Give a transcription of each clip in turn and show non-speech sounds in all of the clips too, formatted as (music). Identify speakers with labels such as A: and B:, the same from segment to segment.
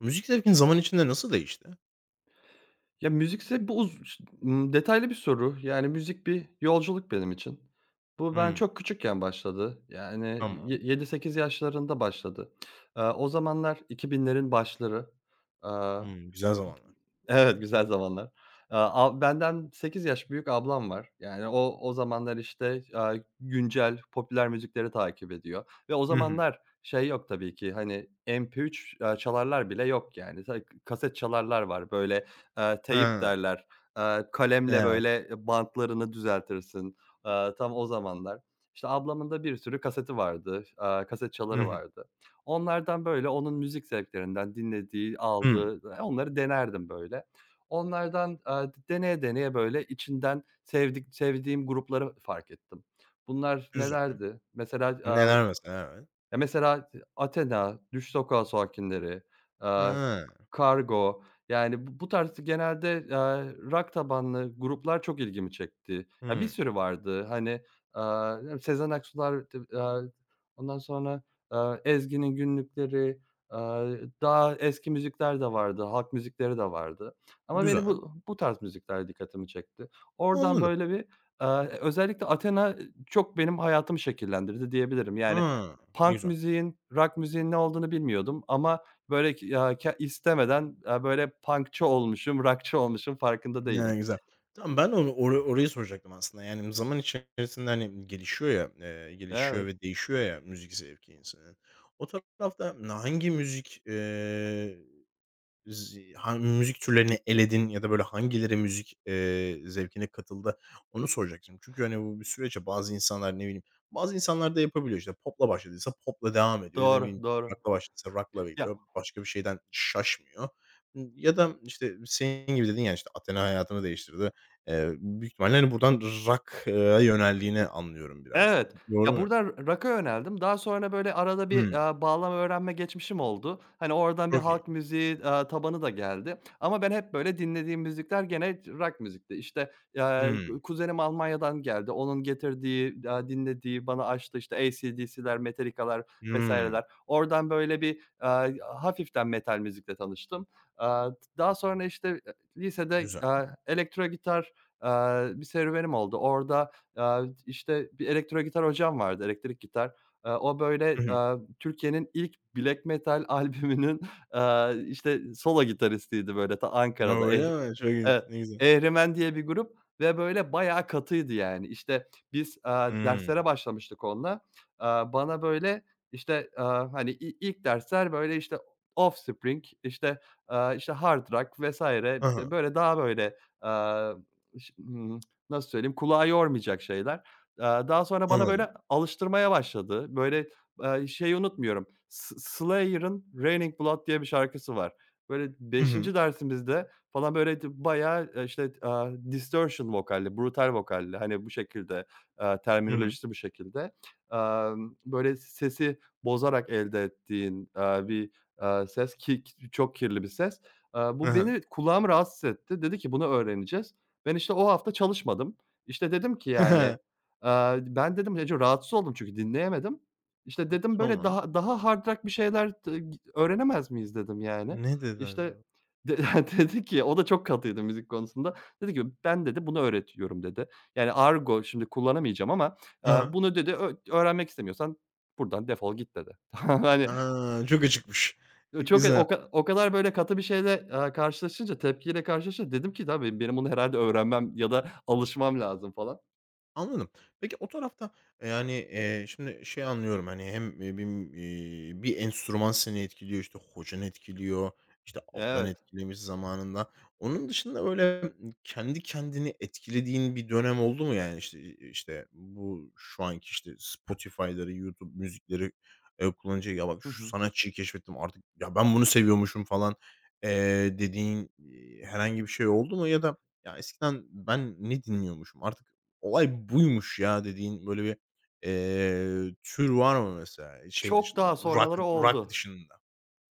A: Müzik zevkin zaman içinde nasıl değişti?
B: Ya, müzikse bu uz detaylı bir soru. Yani, müzik bir yolculuk benim için. Bu ben
A: Hımm,
B: çok küçükken başladı. Yani,
A: tamam.
B: 7-8 yaşlarında başladı. O zamanlar 2000'lerin başları.
A: Hımm, güzel zamanlar.
B: Evet, güzel zamanlar. Aaa, a Benden 8 yaş büyük ablam var. Yani o zamanlar, işte, güncel popüler müzikleri takip ediyor ve o
A: Hı hı.
B: zamanlar şey yok tabii ki, hani, MP3 çalarlar bile yok yani. Kaset çalarlar var. Böyle, teyp
A: Ha,
B: derler. Kalemle,
A: evet.
B: böyle, bantlarını düzeltirsin. Tam o zamanlar. İşte, ablamın da bir sürü kaseti vardı. Kaset
A: Hı
B: çaları
A: hı.
B: vardı. Onlardan böyle onun müzik zevklerinden dinlediği,
A: Hımm,
B: aldığı, onları denerdim böyle. Onlardan, deneye deneye böyle içinden sevdiğim grupları fark ettim. Bunlar
A: güzel.
B: nelerdi? Mesela,
A: Neler mesela? Evet.
B: ya, mesela Athena, Düş Sokağı Sakinleri, eee
A: Ha,
B: Kargo, yani bu tarz genelde, rock tabanlı gruplar çok ilgimi çekti. Ya, bir
A: hımm,
B: sürü vardı. Hani, Sezen Aksu'lar, ondan sonra, Ezgi'nin Günlükleri, aaa, daha eski müzikler de vardı, halk müzikleri de vardı ama beni
A: güzel.
B: bu tarz müzikler dikkatimi çekti. Oradan
A: Anladım.
B: böyle özellikle Athena çok benim hayatımı şekillendirdi diyebilirim. Yani
A: Ha, ne
B: punk
A: güzel.
B: müziğin, rock müziğin ne olduğunu bilmiyordum ama böyle k ya, ke istemeden, böyle punkçı olmuşum, rockçı olmuşum farkında
A: Ya,
B: değilim.
A: güzel. Tamam, ben onu or orayı soracaktım aslında. Yani, zaman içerisinde, hani, gelişiyor
B: Evet,
A: ve değişiyor ya müzik zevki insanın. O tarafta hangi müzik, Z ha müzik türlerini eledin ya da böyle hangileri müzik, zevkine katıldı, onu soracaktım. Çünkü, hani, bu bir süreçte bazı insanlar, ne bileyim, bazı insanlar da yapabiliyor. İşte, pop'la başladıysa pop'la devam ediyor. Ne
B: doğru,
A: bileyim,
B: doğru.
A: rock'la başladıysa rock'la
B: Ya
A: gidiyor. Başka bir şeyden şaşmıyor. Ya da, işte, senin gibi dedin ya, işte, Athena hayatını değiştirdi. Büyük ihtimalle, hani, buradan rock'a yöneldiğini anlıyorum biraz da.
B: Evet.
A: Doğru
B: Ya,
A: mu?
B: burada rock'a yöneldim. Daha sonra, böyle, arada bir,
A: Hımm.
B: bağlama öğrenme geçmişim oldu. Hani, oradan bir
A: Çok iyi.
B: halk müziği, tabanı da geldi ama ben hep, böyle, dinlediğim müzikler gene rock müzikti. İşte, aaa,
A: Hımm.
B: ku kuzenim Almanya'dan geldi. Onun getirdiği, dinlediği, bana açtı, işte, AC/DC'ler, Metallica'lar
A: Hımm.
B: vesaireler. Oradan, böyle, hafiften metal müzikle tanıştım. Aaa, Daha sonra, işte, lisede,
A: Güzel.
B: elektro gitar, bir serüvenim oldu. Orada, işte, bir elektro gitar hocam vardı, elektrik gitar. O, böyle,
A: Hı hı.
B: Türkiye'nin ilk black metal (laughs) albümünün, işte, solo gitaristiydi, böyle, ta Ankara'da.
A: Öyle mi? Çok ilginç.
B: Evet,
A: Ne güzel.
B: Ehrimen diye bir grup ve, böyle, bayağı katıydı, yani. İşte, biz, derslere
A: Hımm.
B: başlamıştık onunla. Bana, böyle, işte, hani, ilk dersler, böyle, işte, Offspring, işte, işte, Hard Rock vs.
A: Hı hı,
B: böyle, daha, böyle, ş hmm, nasıl söyleyeyim, kulağı yormayacak şeyler. Daha sonra bana
A: anladım.
B: böyle alıştırmaya başladı. Böyle, şeyi unutmuyorum. Slayer'ın "Raining Blood" diye bir şarkısı var. Böyle
A: Hı hı.
B: 5. dersimizde falan böyle bayağı, işte, distortion vokalli, brutal vokalli, hani, bu şekilde,
A: Hı hı.
B: terminolojisi bu şekilde. Böyle sesi bozarak elde ettiğin, bir, ses ki çok kirli bir ses.
A: Hı
B: Bu
A: hı.
B: beni kulağımı rahatsız etti. Dedi ki, "Bunu öğreneceğiz." Ben, işte, o hafta çalışmadım. İşte, dedim ki, yani, ben dedim Ece rahatsız oldum çünkü dinleyemedim. İşte,
A: (laughs)
B: dedim, böyle,
A: Tamam.
B: daha hard rock bir şeyler t g öğrenemez miyiz dedim, yani.
A: Ne dedi
B: İşte,
A: acaba?
B: (laughs) de dedi ki o da çok katıydı müzik konusunda. Dedi ki ben dedi bunu öğretiyorum dedi. Yani, argo şimdi kullanamayacağım ama,
A: Hı hı.
B: bunu dedi öğrenmek istemiyorsan buradan defol git dedi. (laughs) Hani,
A: A, çok acıkmış.
B: yo, çok
A: Güzel.
B: o kadar böyle katı bir şeyle, karşılaşınca, tepkiyle karşılaşınca dedim ki da benim bunu herhâlde öğrenmem ya da alışmam lazım, falan.
A: Anladım. Peki o tarafta, yani, şimdi şey anlıyorum, hani, hem, bir enstrüman seni etkiliyor, işte, hocan etkiliyor, işte, ablan
B: Evet.
A: etkilemiş zamanında. Onun dışında böyle, kendi kendini etkilediğin bir dönem oldu mu? Yani, işte, işte, bu şu anki, işte, Spotify'ları, YouTube müzikleri, kullanınca "Ya, bak
B: Hı
A: şu
B: hı.
A: sanatçıyı keşfettim artık, ya, ben bunu seviyormuşum." falan, dediğin, herhangi bir şey oldu mu? Ya da "Ya, eskiden ben ne dinliyormuşum, artık olay buymuş ya dediğin böyle bir, tür var mı mesela şey
B: Çok
A: dışında,
B: daha
A: rock
B: sonraları
A: rock
B: oldu.
A: dışında?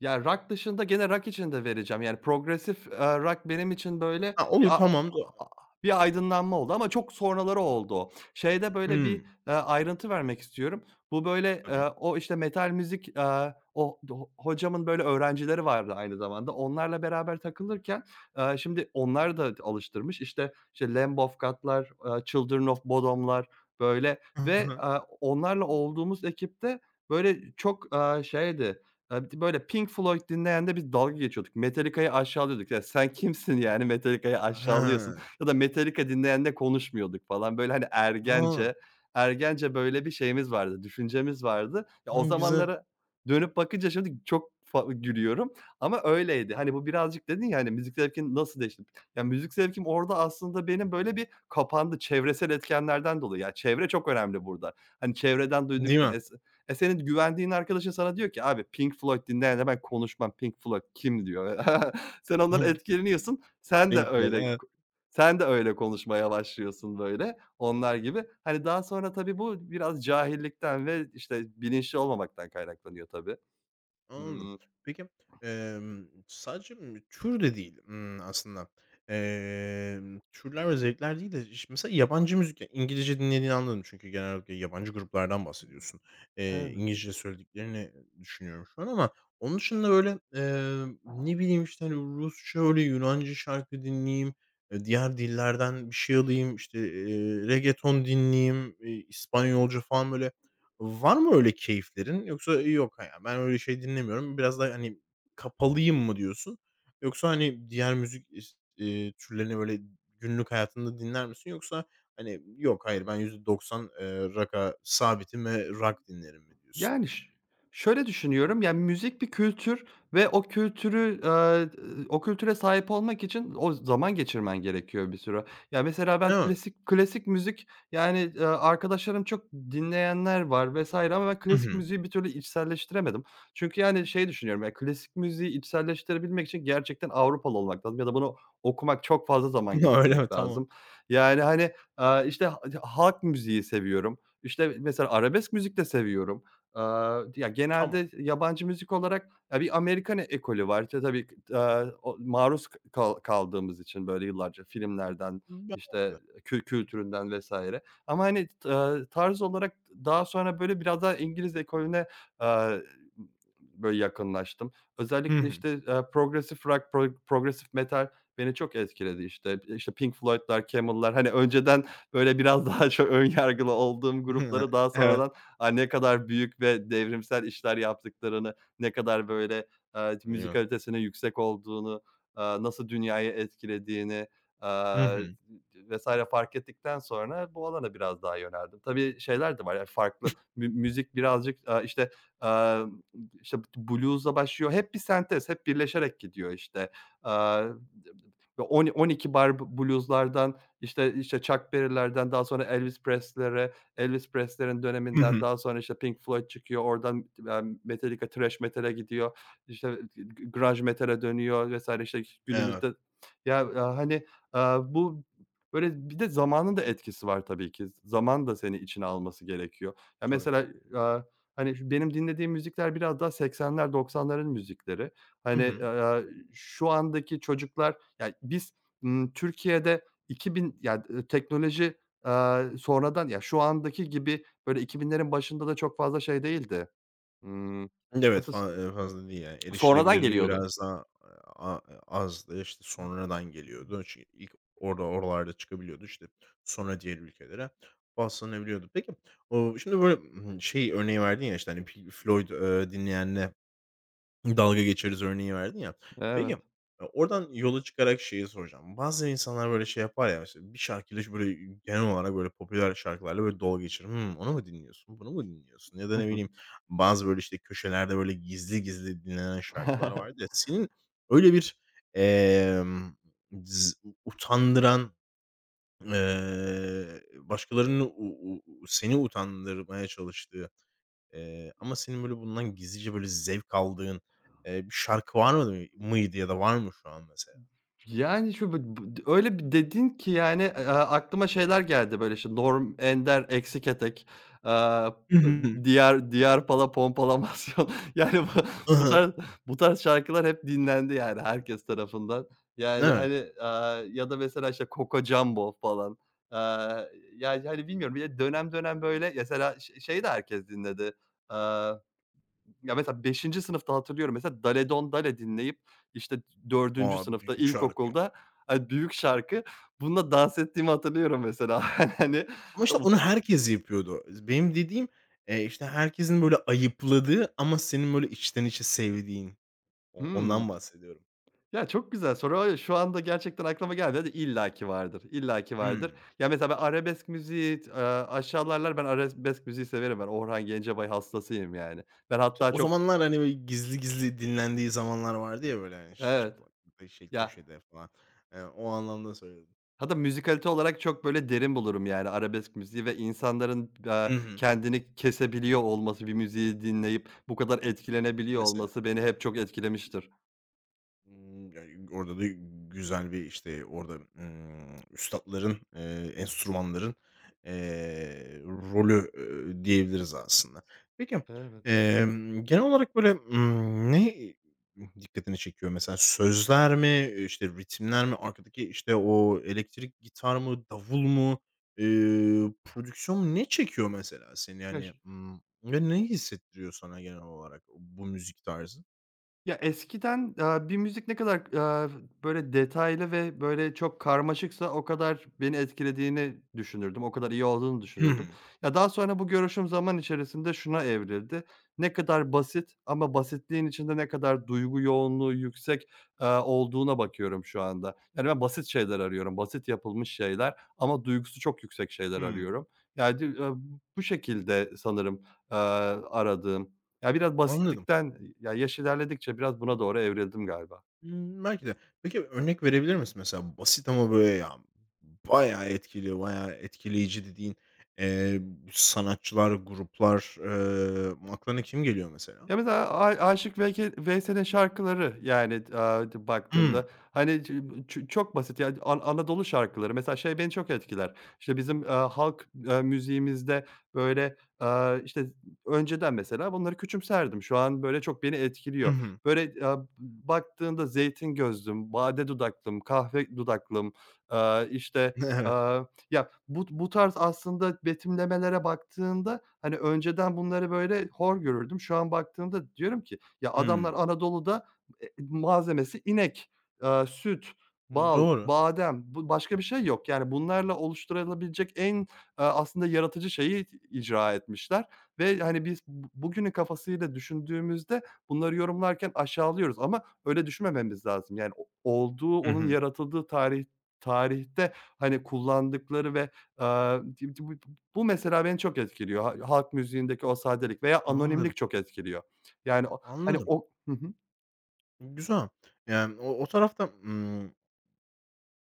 B: Ya, rock dışında gene rock için de vereceğim. Yani, progresif, rock benim için, böyle,
A: Ha, olur tamam. (unintelligible)
B: bir aydınlanma oldu ama çok sonraları oldu o. Şeyde, böyle, bir,
A: Hımm.
B: ayrıntı vermek istiyorum. Bu, böyle,
A: Tabii.
B: o, işte, metal müzik, o do hocamın, böyle, öğrencileri vardı aynı zamanda. Onlarla beraber takılırken, şimdi onlar da alıştırmış. İşte Lamb of God'lar, Children of Bodom'lar, böyle
A: Hı
B: ve,
A: hı.
B: onlarla olduğumuz ekipte, böyle, çok, şeydi. B Böyle Pink Floyd dinleyen de biz dalga geçiyorduk. Metallica'yı aşağılıyorduk. "Ya sen kimsin yani Metallica'yı aşağılıyorsun?"
A: He.
B: (laughs) ya da Metallica dinleyenle konuşmuyorduk falan. Böyle, hani,
A: A!
B: ergence böyle bir şeyimiz vardı, düşüncemiz vardı. Ya,
A: A,
B: o
A: güzel.
B: zamanlara dönüp bakınca şimdi çok gülüyorum ama öyleydi. Hani, bu birazcık dedin ya, hani, müzik zevkin nasıl değişti? Ya, müzik zevkim orada aslında benim böyle bir kapandı çevresel etkenlerden dolayı. Ya, çevre çok önemli burada. Hani, çevreden
A: Değil
B: duyduktan
A: mi?
B: senin güvendiğin arkadaşın sana diyor ki, "Abi Pink Floyd dinleyenle ben konuşmam. Pink Floyd kim?" diyor. (laughs) Sen ondan
A: Hı.
B: etkileniyorsun.
A: Pink Floyd. Evet.
B: Sen de öyle konuşmaya başlıyorsun böyle onlar gibi. Hani daha sonra tabii bu biraz cahillikten ve, işte, bilinçli olmamaktan kaynaklanıyor tabii.
A: Anladım.
B: Imm
A: Peki, sadece tür de değil, aslında. Türler ve zevkler değil de mesela yabancı müzik, ya, İngilizce dinlediğini anladım çünkü genellikle yabancı gruplardan bahsediyorsun.
B: Evet.
A: İngilizce söylediklerini düşünüyorum şu an ama onun dışında, böyle, ne bileyim, işte, hani, Rusça, öyle Yunanca şarkı dinleyeyim, diğer dillerden bir şey alayım, işte, reggaeton dinleyeyim, İspanyolca falan, böyle, var mı öyle keyiflerin yoksa "Yok, ha, ya ben öyle şey dinlemiyorum." Biraz daha, hani, kapalıyım mı diyorsun? Yoksa, hani, diğer müzik is türlerini böyle günlük hayatında dinler misin? Yoksa, hani, "Yok, hayır, ben %90, rock'a sabitim ve rock dinlerim." mi diyorsun?
B: Yani, şöyle düşünüyorum, yani, müzik bir kültür ve o kültüre sahip olmak için o zaman geçirmen gerekiyor bir süre. Ya, mesela ben
A: Değil mi?
B: klasik müzik, yani, arkadaşlarım çok dinleyenler var vesaire ama ben
A: Hı
B: klasik
A: hı.
B: müziği bir türlü içselleştiremedim. Çünkü, yani, şey düşünüyorum, ya, klasik müziği içselleştirebilmek için gerçekten Avrupalı olmak lazım ya da bunu okumak, çok fazla zaman
A: (laughs) Öyle mi?
B: geçirmek
A: Tamam.
B: lazım. Yani, hani, işte, halk müziği seviyorum. İşte, mesela arabesk müzik de seviyorum. Ya,
A: Tamam.
B: genelde yabancı müzik olarak, ya, bir Amerikan ekolü var. İşte, tabii, o maruz k kal kaldığımız için böyle yıllarca filmlerden,
A: Belki de.
B: işte, kültüründen vs. ama, hani, tarz olarak daha sonra böyle biraz daha İngiliz ekolüne, aaa, böyle yakınlaştım.
A: Hı
B: Özellikle,
A: hı.
B: işte, progressive rock, progressive metal beni çok etkiledi. İşte, Pink Floyd'lar, Camel'lar, hani, önceden böyle biraz (laughs) daha çok ön yargılı olduğum grupları
A: (laughs)
B: daha
A: Evet.
B: sonradan ne kadar büyük ve devrimsel işler yaptıklarını, ne kadar böyle,
A: Değil
B: müzik
A: mi?
B: yüksek olduğunu, nasıl dünyayı etkilediğini,
A: Hı
B: aaa,
A: hı.
B: vs. fark ettikten sonra bu alana biraz daha yöneldim. Tabii şeyler de var, yani, farklı müzik birazcık, amm, işte, blues'la başlıyor. Hep bir sentez, hep birleşerek gidiyor, işte. Aaa, on 12 bar blues'lardan, işte, Chuck Berry'lerden daha sonra Elvis Presley'lere, Elvis Presley'nin
A: Hı
B: döneminden
A: hı.
B: daha sonra, işte, Pink Floyd çıkıyor, oradan, Metallica thrash metal'e gidiyor, işte, grunge metal'e dönüyor vs. işte,
A: Evet.
B: günümüzde ya, hani, bu böyle bir de zamanın da etkisi var tabii ki. Zaman da seni içine alması gerekiyor. Ya,
A: Tabii.
B: mesela, aaa, hani, şu benim dinlediğim müzikler biraz daha 80'ler 90'ların müzikleri.
A: Hı
B: Hani,
A: hı.
B: şu andaki çocuklar, yani biz, Türkiye'de 2000 ya, teknoloji sonradan ya, şu andaki gibi, böyle, 2000'lerin başında da çok fazla şey değildi. Imm,
A: Evet,
B: Nasıl s
A: fa fazla değil, yani,
B: sonradan
A: erişilebilirliği
B: geliyordu.
A: biraz daha a a azdı. İşte, sonradan geliyordu.
B: (unintelligible)
A: İlk orada oralarda çıkabiliyordu. İşte, sonra diğer ülkelere rastlanabiliyordu. Peki, şimdi böyle, şey örneği verdin ya, işte, hani, Pink Floyd, dinleyenler dalga geçeriz örneği verdin ya. Peki,
B: Evet.
A: oradan yola çıkarak şeyi soracağım. Bazı insanlar böyle şey yapar ya, mesela bir şarkıyla böyle genel olarak böyle popüler şarkılarla böyle dalga geçirir. "Hımm, onu mu dinliyorsun, bunu mu dinliyorsun?" ya da
B: Hı
A: ne
B: hı.
A: bileyim bazı böyle işte köşelerde böyle gizli gizli dinlenen şarkılar
B: (laughs)
A: vardır ya. Senin öyle bir, emm, z utandıran, başkalarının u u u seni utandırmaya çalıştığı, ama senin böyle bundan gizlice böyle zevk aldığın, bir şarkı var mıydı ya da var mı şu an mesela?
B: Yani, şu bı bı öyle bir dedin ki, yani, aklıma şeyler geldi, böyle, işte, Norm Ender eksik etek, e,
A: Hı hı.
B: diğer Pompalamasyon. (laughs) Yani,
A: Hı
B: bu
A: hı.
B: tarz bu tarz şarkılar hep dinlendi, yani, herkes tarafından. Yani,
A: Evet.
B: hani, ya da mesela, işte, Coco Jumbo falan. Eee, Yani, hani, bilmiyorum, bir de dönem dönem, böyle, mesela, şeyi de herkes dinledi. E, Ya, mesela 5. sınıfta hatırlıyorum mesela Dale Don Dale dinleyip, işte, 4.
A: A,
B: sınıfta
A: büyük şarkı.
B: ilkokulda, hani, büyük şarkı, bununla dans ettiğimi hatırlıyorum mesela. (laughs) Hani.
A: Ama işte onu herkes yapıyordu. Benim dediğim, işte herkesin böyle ayıpladığı ama senin böyle içten içe sevdiğin.
B: Hımm.
A: Ondan bahsediyorum.
B: Ya, çok güzel soru. Hayır, şu anda gerçekten aklıma gelmedi. İllaki vardır, illaki vardır.
A: Hımm.
B: Ya, mesela ben arabesk müziği, aşağılar ben arabesk müziği severim ben. Orhan Gencebay hastasıyım yani. Ben
A: İşte
B: hatta
A: o
B: çok
A: zamanlar hani böyle gizli gizli dinlendiği zamanlar vardı ya böyle hani işte
B: Evet.
A: kulaklıkta, şey,
B: Ya,
A: köşede falan. O anlamda söyledim.
B: hatta müzikalite olarak çok böyle derin bulurum yani arabesk müziği ve insanların,
A: Hı hı.
B: kendini kesebiliyor olması, bir müziği dinleyip bu kadar etkilenebiliyor
A: Mesela.
B: olması beni hep çok etkilemiştir.
A: Ya, orada da güzel bir, işte, orada, üstatların, enstrümanların, rolü, diyebiliriz aslında. Peki,
B: Evet.
A: genel olarak böyle, ne dikkatini çekiyor? Mesela sözler mi, işte, ritimler mi, arkadaki, işte, o elektrik gitar mı, davul mu, prodüksiyon mu? Ne çekiyor mesela seni?
B: Ya,
A: Yani, ve neyi hissettiriyor sana genel olarak bu müzik tarzı?
B: Ya, eskiden, bir müzik ne kadar, böyle detaylı ve böyle çok karmaşıksa o kadar beni etkilediğini düşünürdüm, o kadar iyi olduğunu
A: Hı hı.
B: düşünürdüm. Ya, daha sonra bu görüşüm zaman içerisinde şuna evrildi: ne kadar basit ama basitliğin içinde ne kadar duygu yoğunluğu yüksek, olduğuna bakıyorum şu anda. Yani ben basit şeyler arıyorum, basit yapılmış şeyler ama duygusu çok yüksek şeyler
A: Hımm.
B: arıyorum. Yani, bu şekilde sanırım, aradığım. Ya, biraz
A: Anladım.
B: basitlikten, ya, yaş ilerledikçe biraz buna doğru evrildim galiba.
A: Hımm, belki de. Peki, örnek verebilir misin mesela basit ama böyle ya bayağı etkili, bayağı etkileyici dediğin, eee, sanatçılar, gruplar, aklına kim geliyor mesela?
B: Ya, mesela Aşık Veysel'in şarkıları, yani,
A: Hımm.
B: baktığında, hani, ç ç çok basit, yani, Anadolu şarkıları. Mesela şey beni çok etkiler. İşte bizim, halk, müziğimizde, böyle, işte, önceden mesela bunları küçümserdim. Şu an, böyle, çok beni
A: Hı
B: etkiliyor.
A: hı.
B: Böyle, baktığında zeytin gözlüm, bade dudaklım, kahve dudaklım, aaa, işte,
A: (laughs) Evet.
B: ya, bu tarz aslında betimlemelere baktığında, hani, önceden bunları böyle hor görürdüm. Şu an baktığımda diyorum ki, ya, adamlar
A: Hımm.
B: Anadolu'da, malzemesi inek, süt, bal,
A: Doğru.
B: badem, bu başka bir şey yok. Yani, bunlarla oluşturulabilecek en, aslında yaratıcı şeyi icra etmişler ve, hani, biz bugünün kafasıyla düşündüğümüzde bunları yorumlarken aşağılıyoruz ama öyle düşünmememiz lazım. Yani, o olduğu,
A: Hı
B: onun
A: hı.
B: yaratıldığı tarihte, hani, kullandıkları ve, aaa, bu bu mesela beni çok etkiliyor. Ha Halk müziğindeki o sadelik veya
A: Anladım,
B: anonimlik çok etkiliyor. Yani, o hani,
A: anladım.
B: o hı hı.
A: Güzel. Yani o tarafta,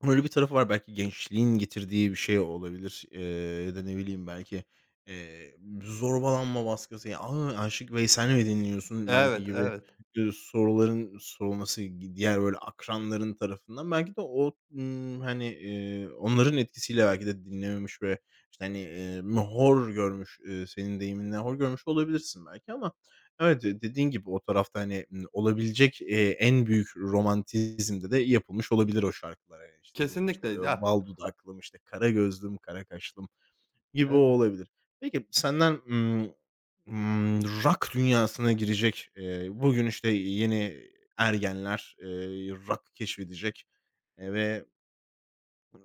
A: öyle bir tarafı var. Belki gençliğin getirdiği bir şey olabilir, ya da ne bileyim belki, eee, zorbalanma baskısı, ya, "A, Aşık Veysel'i mi dinliyorsun?" belki
B: Evet,
A: gibi,
B: evet.
A: soruların sorulması diğer böyle akranların tarafından belki de o, hani, onların etkisiyle belki de dinlememiş ve, işte, hani, hor görmüş, senin deyiminle hor görmüş olabilirsin belki ama, evet, de dediğin gibi o tarafta, hani, olabilecek, en büyük romantizmde de yapılmış olabilir o şarkılar. Hani, işte, dediğin gibi, işte,
B: Kesinlikle.
A: "Ö
B: Ya,
A: bal dudaklım, işte, kara gözlüm, kara kaşlım." gibi o
B: evet.
A: olabilir. Peki senden, rock dünyasına girecek, bugün, işte, yeni ergenler, rock keşfedecek, ve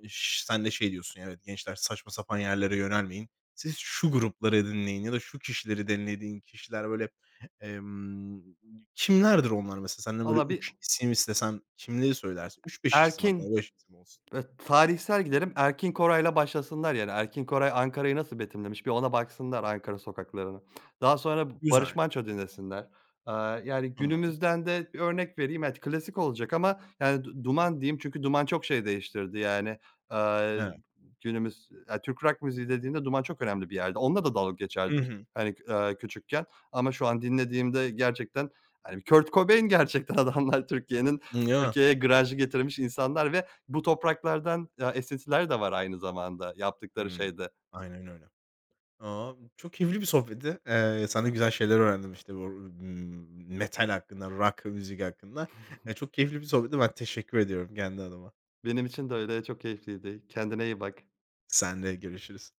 A: Sen de şey diyorsun, ya, evet, gençler saçma sapan yerlere yönelmeyin. Siz şu grupları dinleyin ya da şu kişileri dinlediğin kişiler böyle, emm, kimlerdir onlar mesela? Senden böyle
B: Valla bir
A: 3 isim istesem kimleri söylersin? Üç beş isim hatta
B: erkin
A: 5 isim olsun.
B: Tarihsel gidelim, Erkin Koray'la başlasınlar yani. Erkin Koray Ankara'yı nasıl betimlemiş bir ona baksınlar Ankara sokaklarını. Daha sonra Barış
A: Güzel,
B: Manço dinlesinler. Yani
A: tamam.
B: günümüzden de bir örnek vereyim. Evet, klasik olacak ama yani Duman diyeyim çünkü Duman çok şey değiştirdi yani. Aaa,
A: Evet.
B: Günümüz, ya, Türk rock müziği dediğinde Duman çok önemli bir yerde. Onunla da dalga
A: Hı
B: geçerdik
A: hı.
B: hani, küçükken ama şu an dinlediğimde gerçekten, hani, Kurt Cobain gerçekten (laughs) adamlar
A: Değil mi?
B: Türkiye'ye grunge'ı getirmiş insanlar ve bu topraklardan, ya, esintiler de var aynı zamanda yaptıkları şeyde.
A: Aynen öyle. A, çok keyifli bir sohbetti. Senden güzel şeyler öğrendim işte bu, metal hakkında, rock müzik hakkında. Çok keyifli bir sohbetti. Ben teşekkür ediyorum kendi adıma.
B: Benim için de öyle, çok keyifliydi. Kendine iyi bak.
A: Sen de görüşürüz.